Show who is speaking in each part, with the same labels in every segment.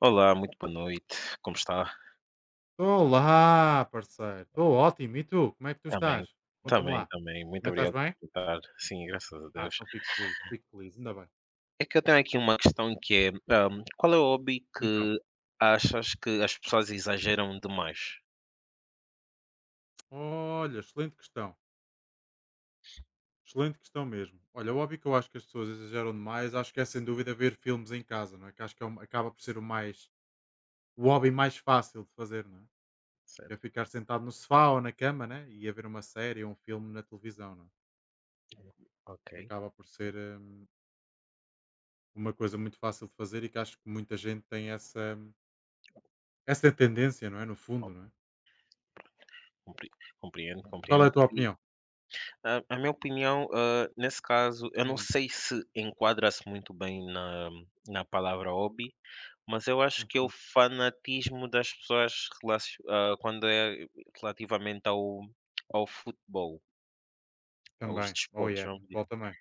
Speaker 1: Olá, muito boa noite. Como está?
Speaker 2: Olá, parceiro. Estou ótimo. E tu? Como é que tu
Speaker 1: Também,
Speaker 2: estás? Conta-me
Speaker 1: também,
Speaker 2: lá.
Speaker 1: também. Muito
Speaker 2: Também estás
Speaker 1: obrigado
Speaker 2: bem?
Speaker 1: por perguntar. Sim, graças a
Speaker 2: Ah,
Speaker 1: Deus.
Speaker 2: então fico feliz. Fico feliz. Ainda bem.
Speaker 1: É que eu tenho aqui uma questão que é, qual é o hobby
Speaker 2: Então,
Speaker 1: que achas que as pessoas exageram demais?
Speaker 2: olha, excelente questão. Excelente questão mesmo. Olha, o hobby que eu acho que as pessoas exageram demais, acho que é sem dúvida ver filmes em casa, não é? Que acho que é acaba por ser o hobby mais fácil de fazer, não é? Que é
Speaker 1: Certo.
Speaker 2: ficar sentado no sofá ou na cama, né? E a ver uma série ou um filme na televisão, não é?
Speaker 1: Ok.
Speaker 2: Acaba por ser hum, uma coisa muito fácil de fazer e que acho que muita gente tem essa essa é a tendência, não é? No fundo,
Speaker 1: Ok,
Speaker 2: não é?
Speaker 1: compre- Compreendo,
Speaker 2: Qual é
Speaker 1: compreendo.
Speaker 2: a tua
Speaker 1: E,
Speaker 2: opinião?
Speaker 1: a minha opinião, nesse caso, eu não
Speaker 2: Hum,
Speaker 1: sei se enquadra-se muito bem na palavra hobby. Mas eu acho que é o
Speaker 2: uhum.
Speaker 1: fanatismo das pessoas quando é relativamente ao futebol, aos
Speaker 2: Também. Oh
Speaker 1: desportos,
Speaker 2: yeah,
Speaker 1: vamos dizer.
Speaker 2: futebol também.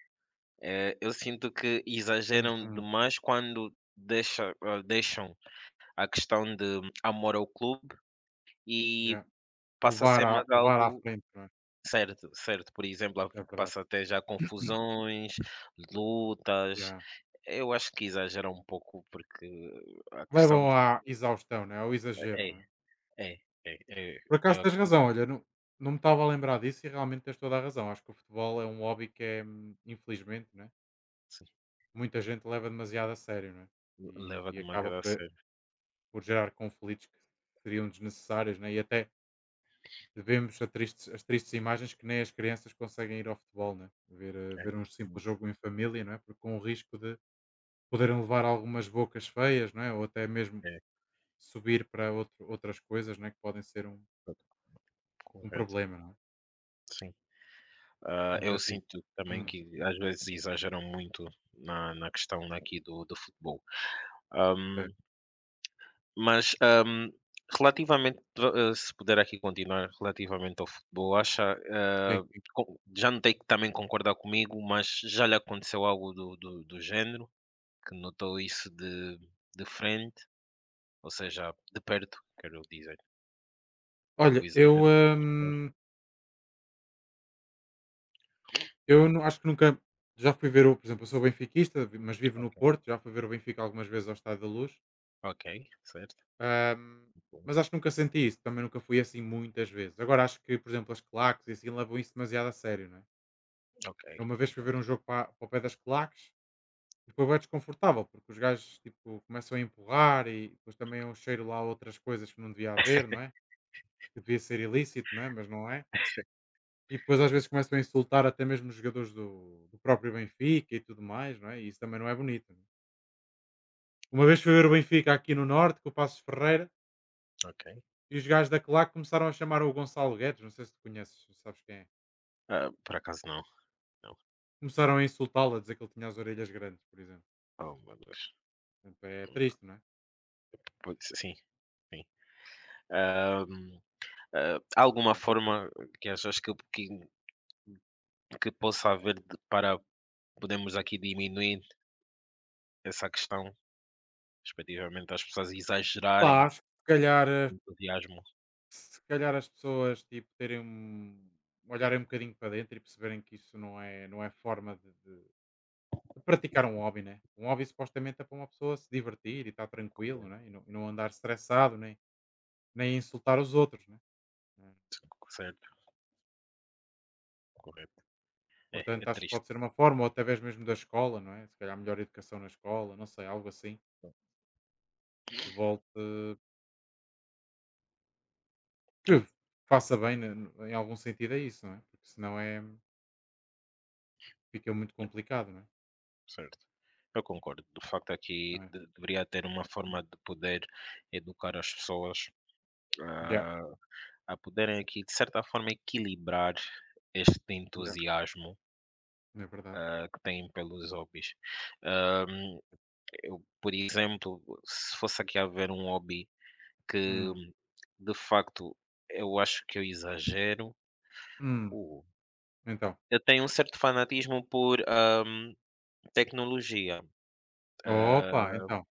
Speaker 1: Eu sinto que exageram
Speaker 2: Uhum.
Speaker 1: demais quando deixam a questão de amor ao clube e
Speaker 2: Yeah.
Speaker 1: passa a
Speaker 2: Levar,
Speaker 1: ser mais
Speaker 2: à, levar à
Speaker 1: algo.
Speaker 2: frente, não é?
Speaker 1: Certo, certo. Por exemplo, a
Speaker 2: É verdade.
Speaker 1: passa até já confusões, lutas.
Speaker 2: Yeah.
Speaker 1: Eu acho que exageram um pouco porque a questão
Speaker 2: Levam
Speaker 1: dos.
Speaker 2: à exaustão, não é? Ao exagero,
Speaker 1: É,
Speaker 2: não é?
Speaker 1: é, é, é.
Speaker 2: Por acaso
Speaker 1: Eu
Speaker 2: tens
Speaker 1: acredito.
Speaker 2: razão, olha, não, não me estava a lembrar disso e realmente tens toda a razão. Acho que o futebol é um hobby que é, infelizmente, não é? Muita gente leva demasiado a sério, não é? E,
Speaker 1: Leva
Speaker 2: e
Speaker 1: de
Speaker 2: acaba
Speaker 1: maneira a sério.
Speaker 2: por gerar conflitos que seriam desnecessários, não é? E até vemos as tristes imagens que nem as crianças conseguem ir ao futebol, né? ver, eh,
Speaker 1: É,
Speaker 2: ver um
Speaker 1: hum,
Speaker 2: simples jogo em família, não é? Porque com o risco de poderem levar algumas bocas feias, não é? Ou até mesmo
Speaker 1: é,
Speaker 2: subir para outras coisas, não é? Que podem ser um
Speaker 1: correto,
Speaker 2: problema. Não é?
Speaker 1: sim. Ah,
Speaker 2: Portanto,
Speaker 1: eu
Speaker 2: é triste.
Speaker 1: sinto também
Speaker 2: Hum,
Speaker 1: que às vezes exageram muito na questão aqui do futebol.
Speaker 2: bem,
Speaker 1: Hum, mas, relativamente, se puder aqui continuar relativamente ao futebol, acha,
Speaker 2: bem,
Speaker 1: hã,
Speaker 2: bem.
Speaker 1: co já notei que também concorda comigo, mas já lhe aconteceu algo do género, que notou isso de frente, ou seja, de perto, quero dizer,
Speaker 2: Olha,
Speaker 1: o exagero que as pessoas.
Speaker 2: hum, eu não, acho que nunca já fui ver o, por exemplo, eu sou benfiquista, mas vivo no
Speaker 1: Ok.
Speaker 2: Porto, já fui ver o Benfica algumas vezes ao Estádio da Luz.
Speaker 1: Ok, certo.
Speaker 2: Ahm,
Speaker 1: Bom,
Speaker 2: mas acho que nunca senti isso, também nunca fui assim muitas vezes. Agora acho que, por exemplo, as claques e assim levam isso demasiado a sério, não é?
Speaker 1: ok,
Speaker 2: Eu uma vez fui ver
Speaker 1: ok,
Speaker 2: um jogo para, o pé das claques e foi bem desconfortável, porque os gajos tipo, começam a empurrar e depois também é um cheiro lá a outras coisas que não devia haver, não é? Que devia ser ilícito, não é? Mas não é. E depois às
Speaker 1: ok,
Speaker 2: vezes começam a insultar até mesmo os jogadores do, do próprio Benfica e tudo mais, não é? E isso também não é bonito, não é? Uma vez
Speaker 1: é,
Speaker 2: fui ver o Benfica aqui no Norte, com o Passos Ferreira,
Speaker 1: ok.
Speaker 2: e os gajos da claque começaram a chamar o Gonçalo Guedes, não sei se tu conheces, se sabes quem é.
Speaker 1: Ah, por acaso não, não.
Speaker 2: Começaram a insultá-lo, a dizer que ele tinha as orelhas grandes, por exemplo.
Speaker 1: Oh, meu Deus.
Speaker 2: Portanto, é
Speaker 1: Hum,
Speaker 2: triste, não é?
Speaker 1: pois, sim, sim. Ahm, há alguma
Speaker 2: Complicado.
Speaker 1: forma que achas que possa haver para podermos aqui diminuir essa questão, respectivamente, das pessoas
Speaker 2: Pá,
Speaker 1: exagerarem
Speaker 2: acho que se calhar, eh,
Speaker 1: o entusiasmo?
Speaker 2: se calhar as pessoas tipo, terem um. Olharem um bocadinho para dentro e perceberem que isso não é forma de, de praticar um hobby, né? Um hobby supostamente é para uma pessoa se divertir e estar tranquilo,
Speaker 1: Correto,
Speaker 2: né? E não andar estressado, nem insultar os outros, né? É.
Speaker 1: correto, correto. É,
Speaker 2: Portanto,
Speaker 1: é
Speaker 2: acho que
Speaker 1: triste.
Speaker 2: pode ser uma forma, ou até mesmo da escola, não é? Se calhar melhor educação na escola, não sei, algo assim, que volte,
Speaker 1: Ok.
Speaker 2: que faça bem em algum sentido a isso, não é? Porque senão é, fica muito complicado, não é?
Speaker 1: Certo. Eu concordo. De facto,
Speaker 2: Não
Speaker 1: aqui
Speaker 2: é?
Speaker 1: deveria ter uma
Speaker 2: Hum.
Speaker 1: forma de poder educar as pessoas,
Speaker 2: Yeah,
Speaker 1: ah, a poderem aqui, de certa forma, equilibrar este
Speaker 2: yeah,
Speaker 1: entusiasmo,
Speaker 2: é verdade.
Speaker 1: que têm pelos hobbies. Ahm, eu, por exemplo, se fosse aqui haver um hobby que,
Speaker 2: Hum,
Speaker 1: de facto, eu acho que eu exagero.
Speaker 2: hum,
Speaker 1: uh,
Speaker 2: então,
Speaker 1: eu tenho um certo fanatismo por tecnologia.
Speaker 2: opa,
Speaker 1: Ah,
Speaker 2: então,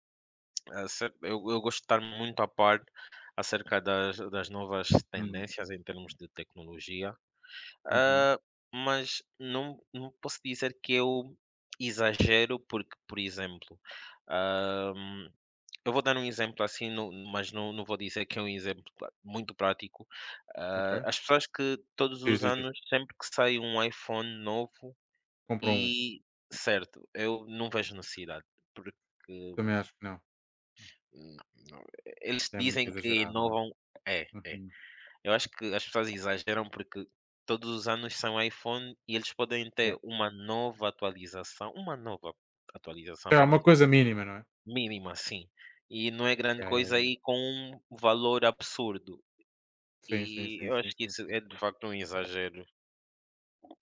Speaker 1: eu gosto de estar muito a par. Acerca das novas
Speaker 2: hum,
Speaker 1: tendências em termos de tecnologia,
Speaker 2: uhum,
Speaker 1: ah, mas não posso dizer que eu exagero, porque, por exemplo, ah, eu vou dar um exemplo assim, mas não vou dizer que é um exemplo pla muito prático.
Speaker 2: ok.
Speaker 1: Ah, as pessoas que todos
Speaker 2: Diz,
Speaker 1: os
Speaker 2: diz, diz,
Speaker 1: anos, sempre que sai um iPhone novo
Speaker 2: compra um,
Speaker 1: e, certo, eu não vejo necessidade, porque,
Speaker 2: também acho que não,
Speaker 1: hum, não, eles
Speaker 2: é muito
Speaker 1: dizem que
Speaker 2: exagerado, não é?
Speaker 1: inovam é.
Speaker 2: Uhum,
Speaker 1: Eu acho que as pessoas exageram porque todos os anos são iPhone e eles podem
Speaker 2: yeah.
Speaker 1: ter uma nova atualização
Speaker 2: É uma
Speaker 1: apenas
Speaker 2: coisa mínima, não é?
Speaker 1: mínima assim, e não é grande
Speaker 2: Yeah, yeah,
Speaker 1: coisa
Speaker 2: yeah.
Speaker 1: aí com um valor absurdo.
Speaker 2: Sim, sim,
Speaker 1: E
Speaker 2: sim,
Speaker 1: eu acho
Speaker 2: sim,
Speaker 1: que
Speaker 2: sim,
Speaker 1: isso
Speaker 2: sim,
Speaker 1: é de
Speaker 2: sim.
Speaker 1: facto um exagero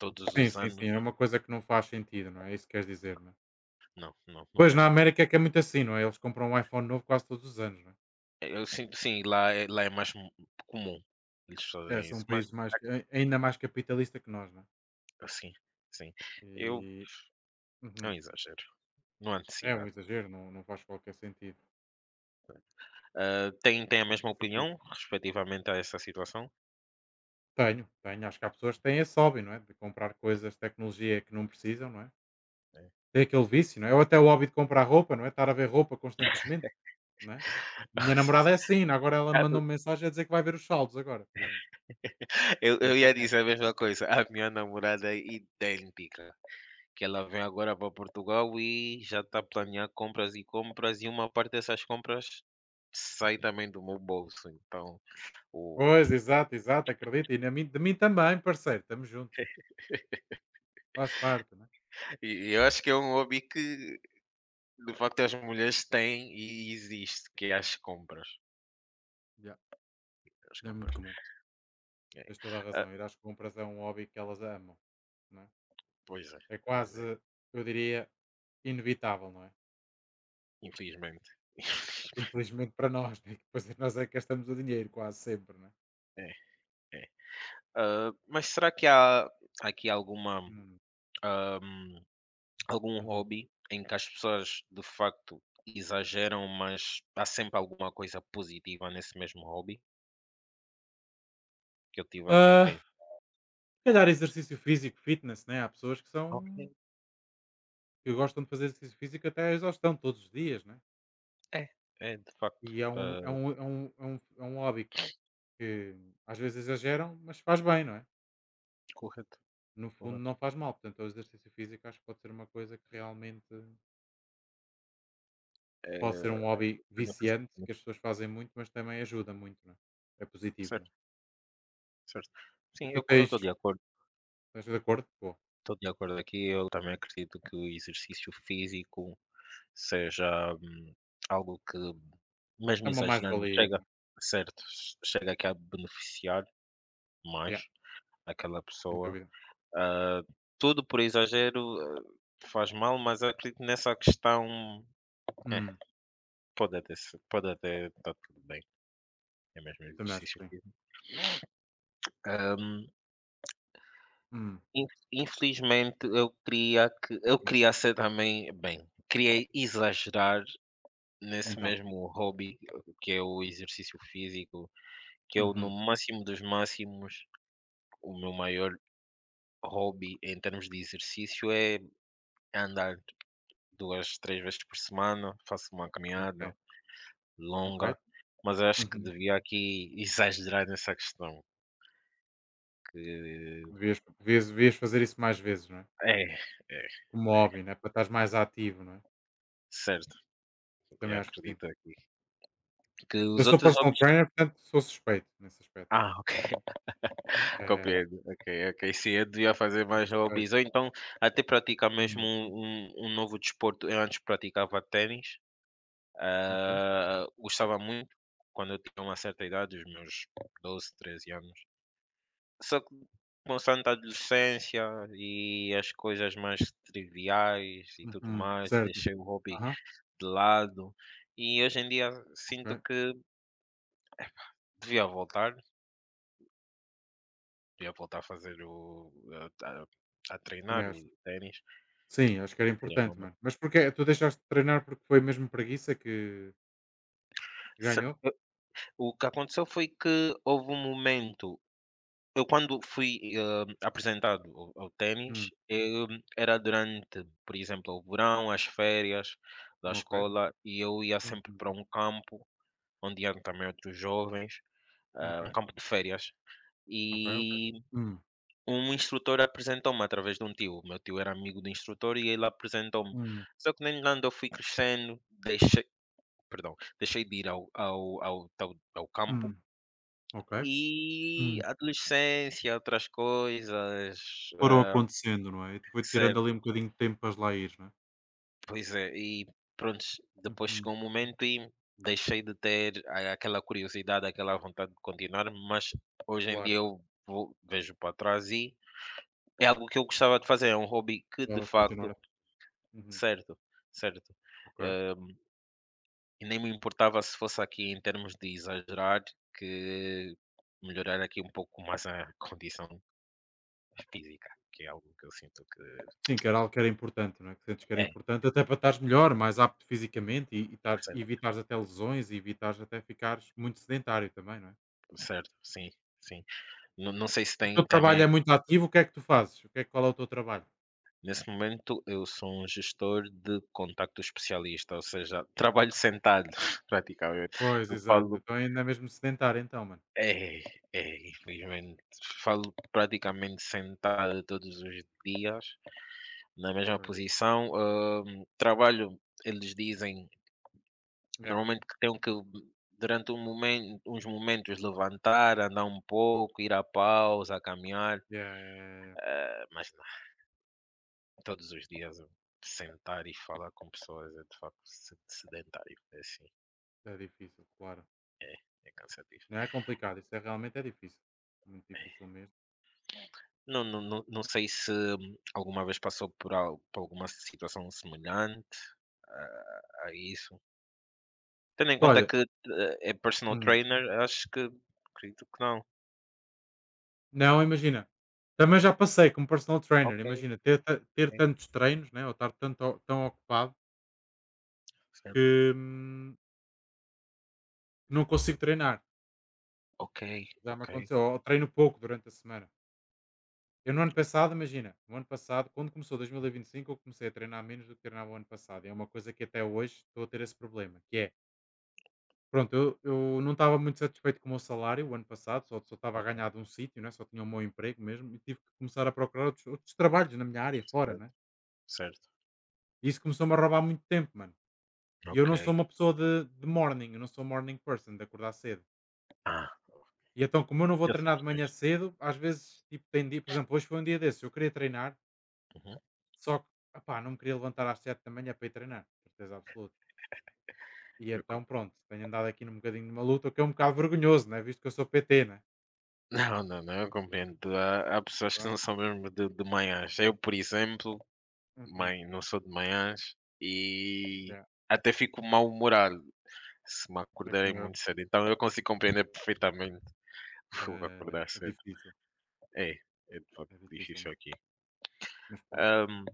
Speaker 1: todos
Speaker 2: Sim,
Speaker 1: os
Speaker 2: sim, sim.
Speaker 1: anos.
Speaker 2: É uma coisa que não faz sentido, não é? É isso que queres dizer,
Speaker 1: Não,
Speaker 2: não é?
Speaker 1: não, não, não
Speaker 2: Pois,
Speaker 1: faz
Speaker 2: na
Speaker 1: sentido.
Speaker 2: América é que é muito assim, não é? Eles compram um iPhone novo quase todos os anos, não é?
Speaker 1: Eu sinto, sim, lá é mais mu comum eles
Speaker 2: É,
Speaker 1: fazerem
Speaker 2: são um
Speaker 1: isso, mas
Speaker 2: país mais, ainda mais capitalista que nós, não é?
Speaker 1: assim, sim, eu
Speaker 2: E,
Speaker 1: é um
Speaker 2: uhum,
Speaker 1: exagero, não há
Speaker 2: é um
Speaker 1: necessidade.
Speaker 2: exagero, não, não faz qualquer sentido.
Speaker 1: Ah, têm
Speaker 2: Não
Speaker 1: têm a
Speaker 2: faz qualquer
Speaker 1: mesma
Speaker 2: sentido.
Speaker 1: opinião respectivamente a essa situação?
Speaker 2: Tenho, tenho. Acho que há pessoas que têm esse hobby, não é? De comprar coisas, tecnologia que não precisam, não é?
Speaker 1: É.
Speaker 2: Tem aquele vício, não é? Ou até o hobby de comprar roupa, não é? Estar a ver roupa constantemente, não é? Minha namorada é assim, agora ela
Speaker 1: Ah,
Speaker 2: mandou-me mensagem a dizer que vai ver os saldos agora, por exemplo,
Speaker 1: Eu
Speaker 2: na
Speaker 1: eu ia
Speaker 2: internet.
Speaker 1: dizer a mesma coisa, a minha namorada é idêntica, que ela vem agora para Portugal e já está a
Speaker 2: Ok.
Speaker 1: planear compras e compras, e uma parte dessas compras sai também do meu bolso, então o.
Speaker 2: Pois, exato, exato, acredita. E de mim também, parceiro, estamos juntos. Faz parte, né?
Speaker 1: E eu acho que é um hobby que, de facto, as mulheres têm e existe, que é as compras,
Speaker 2: Yeah,
Speaker 1: as
Speaker 2: é muito
Speaker 1: compras.
Speaker 2: comum.
Speaker 1: É.
Speaker 2: Tens toda a
Speaker 1: Ah,
Speaker 2: razão. Ir às compras é um hobby que elas amam, não É
Speaker 1: pois é,
Speaker 2: É
Speaker 1: pois é,
Speaker 2: Quase, eu diria, inevitável, não é?
Speaker 1: infelizmente.
Speaker 2: Infelizmente para nós, né? Que depois nós é que gastamos o dinheiro quase sempre, né?
Speaker 1: É, é. Ah, mas será que há aqui
Speaker 2: Hum,
Speaker 1: ah, algum
Speaker 2: uhum.
Speaker 1: hobby em que as pessoas de facto exageram, mas há sempre alguma coisa positiva nesse mesmo hobby? Que eu tive aqui a
Speaker 2: Ah,
Speaker 1: pen
Speaker 2: se calhar exercício físico, fitness, né? Há pessoas que
Speaker 1: Ok,
Speaker 2: são que gostam de fazer exercício físico até à exaustão todos os dias, né?
Speaker 1: é, de facto,
Speaker 2: E é um hobby que às vezes exageram, mas faz bem, não é?
Speaker 1: correto,
Speaker 2: No fundo
Speaker 1: correto.
Speaker 2: não faz mal. Portanto, o exercício físico acho que pode ser uma coisa que realmente pode ser
Speaker 1: Eh,
Speaker 2: um hobby
Speaker 1: aqui benefício,
Speaker 2: viciante,
Speaker 1: né?
Speaker 2: que as pessoas fazem muito, mas também ajuda muito, não é? É positivo, não é?
Speaker 1: Certo, certo.
Speaker 2: E
Speaker 1: Sim,
Speaker 2: tu
Speaker 1: eu
Speaker 2: estás de acordo? Pô,
Speaker 1: estou de acordo aqui. Eu também acredito que o exercício físico seja, algo que,
Speaker 2: é
Speaker 1: mesmo
Speaker 2: uma
Speaker 1: exagerando,
Speaker 2: mais-valia, não
Speaker 1: chega,
Speaker 2: é?
Speaker 1: certo, chega aqui a beneficiar mais
Speaker 2: Yeah,
Speaker 1: aquela
Speaker 2: sem
Speaker 1: pessoa.
Speaker 2: dúvida.
Speaker 1: Ah, tudo por exagero, faz mal, mas acredito nessa questão, é,
Speaker 2: Hum,
Speaker 1: pode até se pode até estar tudo bem, é mesmo
Speaker 2: também acho
Speaker 1: exercício
Speaker 2: que sim.
Speaker 1: físico. Hum,
Speaker 2: Hum,
Speaker 1: in infelizmente eu queria
Speaker 2: bom,
Speaker 1: ser também bem, queria exagerar nesse
Speaker 2: então.
Speaker 1: mesmo hobby que é o exercício físico, que eu, no
Speaker 2: Uhum,
Speaker 1: máximo dos máximos, o meu maior hobby em termos de exercício é andar duas, três vezes por semana, faço uma
Speaker 2: ok,
Speaker 1: caminhada
Speaker 2: ok.
Speaker 1: longa, mas eu acho que
Speaker 2: Uhum.
Speaker 1: devia aqui exagerar nessa questão. Que
Speaker 2: Devias, devias, devias fazer isso mais vezes, não é?
Speaker 1: é, é,
Speaker 2: Como
Speaker 1: é,
Speaker 2: hobby, não é? Para estar mais ativo, não é?
Speaker 1: certo, eu
Speaker 2: Também acho que sim.
Speaker 1: acredito aqui. Que
Speaker 2: Eu
Speaker 1: os
Speaker 2: sou
Speaker 1: outros
Speaker 2: personal
Speaker 1: hobbies.
Speaker 2: trainer, portanto sou suspeito nesse aspecto.
Speaker 1: Ah, ok,
Speaker 2: É, sou
Speaker 1: compreendo. Ok, ok. Sim, eu devia fazer mais
Speaker 2: suspeito.
Speaker 1: hobbies, ou então até praticar mesmo
Speaker 2: Uhum.
Speaker 1: um novo desporto. Eu antes praticava ténis.
Speaker 2: Ok.
Speaker 1: Ah, gostava muito quando eu tinha uma certa idade, os meus 12 13 anos. Só que consoante a adolescência e as coisas mais triviais e tudo
Speaker 2: Uhum.
Speaker 1: mais,
Speaker 2: Certo.
Speaker 1: deixei o hobby
Speaker 2: Aham.
Speaker 1: de lado e hoje em dia sinto
Speaker 2: Ok.
Speaker 1: que devia voltar, devia voltar a fazer a, a- a
Speaker 2: Também
Speaker 1: treinar o
Speaker 2: acho.
Speaker 1: ténis.
Speaker 2: Sim, acho que era
Speaker 1: Seria uma
Speaker 2: importante,
Speaker 1: ma-
Speaker 2: mano. Mas porquê? Tu deixaste de treinar porque foi mesmo preguiça que
Speaker 1: Se-
Speaker 2: ganhou?
Speaker 1: O que aconteceu foi que houve um momento eu quando fui, apresentado ao ténis.
Speaker 2: Hum.
Speaker 1: Era durante, por exemplo, o verão, as férias da
Speaker 2: Ok.
Speaker 1: escola, e eu ia sempre
Speaker 2: Uhum.
Speaker 1: para um campo onde iam também outros jovens,
Speaker 2: Ok.
Speaker 1: um campo de férias.
Speaker 2: Ok, ok.
Speaker 1: E
Speaker 2: Hum.
Speaker 1: um instrutor apresentou-me através de um tio. Meu tio era amigo do instrutor e ele apresentou-me.
Speaker 2: Hum.
Speaker 1: Só que, no entanto, eu fui crescendo, deixei de ir ao campo.
Speaker 2: Hum. Ok.
Speaker 1: E
Speaker 2: Hum.
Speaker 1: adolescência, outras coisas,
Speaker 2: Foram acontecendo, não é? E foi tirando ali
Speaker 1: certo,
Speaker 2: um bocadinho de tempo para as lá ires, não é?
Speaker 1: pois é, e pronto, depois
Speaker 2: Uhum.
Speaker 1: chegou um momento e deixei de ter a aquela curiosidade, aquela vontade de continuar, mas hoje em dia
Speaker 2: Claro.
Speaker 1: eu vou vejo para trás e é algo que eu gostava de fazer, é um hobby que de
Speaker 2: Estavas continuar.
Speaker 1: facto,
Speaker 2: Uhum.
Speaker 1: certo, certo,
Speaker 2: Ok.
Speaker 1: hã, e nem me importava se fosse aqui em termos de exagerar, que melhorar aqui um pouco mais a condição física, que é algo que eu sinto que
Speaker 2: Sim, que era algo que era importante, não é? Que sentes que era
Speaker 1: é,
Speaker 2: importante até para estares melhor, mais apto fisicamente e
Speaker 1: certo,
Speaker 2: evitares até lesões e evitares até ficares muito sedentário também, não é?
Speaker 1: certo, sim, sim. Não, não sei se
Speaker 2: O
Speaker 1: tem
Speaker 2: teu trabalho
Speaker 1: também.
Speaker 2: é muito ativo, o que é que tu fazes? Qual é o teu trabalho?
Speaker 1: Nesse momento eu sou um gestor de contacto especialista, ou seja, trabalho sentado praticamente.
Speaker 2: Pois,
Speaker 1: Eu
Speaker 2: exato.
Speaker 1: falo
Speaker 2: Então ainda é mesmo sedentário então, mano.
Speaker 1: é, é, infelizmente, falo praticamente sentado todos os dias, na mesma
Speaker 2: Pois.
Speaker 1: posição. Trabalho, eles dizem
Speaker 2: Yeah.
Speaker 1: normalmente que tenho que, durante um momento uns momentos, levantar, andar um pouco, ir à pausa, caminhar,
Speaker 2: Yeah, é, é-
Speaker 1: mas todos os dias sentar e falar com pessoas é de facto sedentário, é assim,
Speaker 2: é difícil, claro.
Speaker 1: é, é cansativo.
Speaker 2: Não é complicado, isso é realmente é difícil. Muito difícil mesmo.
Speaker 1: Não, não, não, não sei se alguma vez passou por, por alguma situação semelhante a isso. Tendo em conta
Speaker 2: Olha,
Speaker 1: que, é personal
Speaker 2: hum,
Speaker 1: trainer, acho que acredito que não.
Speaker 2: não, imagina. Também
Speaker 1: Uhum.
Speaker 2: já passei como personal trainer,
Speaker 1: Ok,
Speaker 2: imagina, ter
Speaker 1: ok,
Speaker 2: tantos treinos, né? Ou estar tão ocupado
Speaker 1: certo.
Speaker 2: que não consigo treinar.
Speaker 1: Ok,
Speaker 2: Já me
Speaker 1: ok,
Speaker 2: aconteceu, ou treino pouco durante a semana. Eu no ano passado, imagina, no ano passado, quando começou dois mil e vinte e cinco eu comecei a treinar menos do que treinava o ano passado. E é uma coisa que até hoje estou a ter esse problema, que é, pronto, eu não estava muito satisfeito com o meu salário o ano passado, só estava a
Speaker 1: ok,
Speaker 2: ganhar de um sítio, né? Só tinha o meu emprego mesmo, e tive que começar a procurar outros trabalhos na minha área, fora, né?
Speaker 1: certo, certo.
Speaker 2: E isso começou-me a roubar muito tempo, mano. E eu
Speaker 1: Ok.
Speaker 2: não sou uma pessoa de morning, eu não sou morning person, de acordar cedo.
Speaker 1: Ah,
Speaker 2: E então, como eu não vou
Speaker 1: já
Speaker 2: treinar de
Speaker 1: somos
Speaker 2: manhã
Speaker 1: dois.
Speaker 2: cedo, às vezes, tipo, tem dia, por exemplo, hoje foi um dia desses, eu queria treinar,
Speaker 1: Uhum.
Speaker 2: só que, opá, não me queria levantar às 7 da manhã para ir treinar, certeza absoluta. E
Speaker 1: Eu
Speaker 2: então,
Speaker 1: comprei.
Speaker 2: pronto, tenho andado aqui num bocadinho de uma luta, o que é um bocado vergonhoso, né? Visto que eu sou PT, né?
Speaker 1: Não, não, não, eu compreendo. Há pessoas que
Speaker 2: Pronto.
Speaker 1: não são mesmo de manhãs. Eu, por exemplo,
Speaker 2: Uhum.
Speaker 1: mãe, não sou de manhãs e
Speaker 2: Yeah.
Speaker 1: até fico mal-humorado se me
Speaker 2: É
Speaker 1: acordarem
Speaker 2: como eu.
Speaker 1: muito cedo. Então eu consigo compreender perfeitamente o
Speaker 2: É,
Speaker 1: acordar cedo. É, é de facto
Speaker 2: é difícil,
Speaker 1: difícil
Speaker 2: mano.
Speaker 1: aqui.
Speaker 2: Mas pronto.
Speaker 1: Ahm,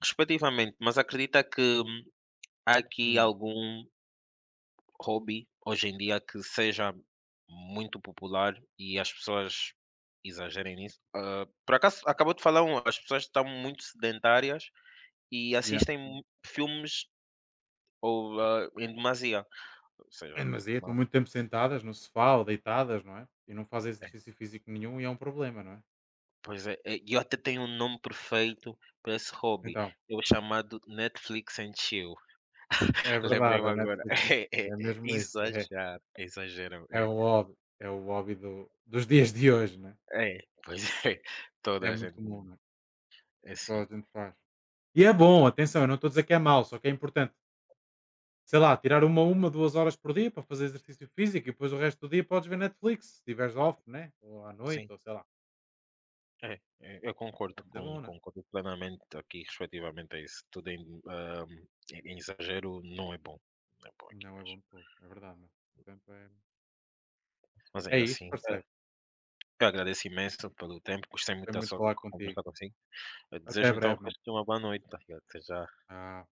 Speaker 1: respectivamente, mas acredita que, há aqui
Speaker 2: Hum.
Speaker 1: algum hobby hoje em dia que seja muito popular e as pessoas exagerem nisso? Ah, por acaso, acabou de falar as pessoas estão muito sedentárias e
Speaker 2: Yeah.
Speaker 1: assistem filmes ou, em demasia. Ou
Speaker 2: É
Speaker 1: seja,
Speaker 2: demasiado, estão
Speaker 1: ma-
Speaker 2: muito tempo sentadas no sofá ou deitadas, não é? E não fazem
Speaker 1: é,
Speaker 2: exercício físico nenhum e é um problema, não é?
Speaker 1: pois é, é, eu até tenho um nome perfeito para esse hobby.
Speaker 2: Então,
Speaker 1: É o chamado Netflix and Chill.
Speaker 2: é verdade,
Speaker 1: Lembrei-me
Speaker 2: a
Speaker 1: agora.
Speaker 2: Netflix
Speaker 1: É, é,
Speaker 2: é
Speaker 1: é,
Speaker 2: mesmo isso.
Speaker 1: exagerar, exageram. É,
Speaker 2: É o hobby dos dias de hoje, né?
Speaker 1: é, pois é,
Speaker 2: É
Speaker 1: toda a
Speaker 2: muito
Speaker 1: gente.
Speaker 2: comum, né?
Speaker 1: É
Speaker 2: Toda a
Speaker 1: assim.
Speaker 2: gente faz. E é bom, atenção, eu não estou a dizer que é mau, só que é importante, sei lá, tirar 2 horas por dia para fazer exercício físico e depois o resto do dia podes ver Netflix, se tiveres off, né? Ou à noite,
Speaker 1: Sim.
Speaker 2: ou sei lá.
Speaker 1: É, é, eu concordo
Speaker 2: Pode ser
Speaker 1: com
Speaker 2: bom, né?
Speaker 1: concordo plenamente aqui, respectivamente a isso. Tudo em exagero não é bom. Não é bom aqui
Speaker 2: Não é bom
Speaker 1: mesmo.
Speaker 2: de todo, é verdade, né? Portanto, é,
Speaker 1: Mas
Speaker 2: é
Speaker 1: ainda
Speaker 2: isso,
Speaker 1: assim,
Speaker 2: parceiro.
Speaker 1: eu agradeço imenso pelo tempo, gostei
Speaker 2: Foi
Speaker 1: muito de
Speaker 2: muito
Speaker 1: sua
Speaker 2: falar contigo.
Speaker 1: conversa consigo. Eu
Speaker 2: Até
Speaker 1: desejo então o
Speaker 2: breve, mano.
Speaker 1: resto de uma boa noite, tá ligado? Até já.
Speaker 2: Ah.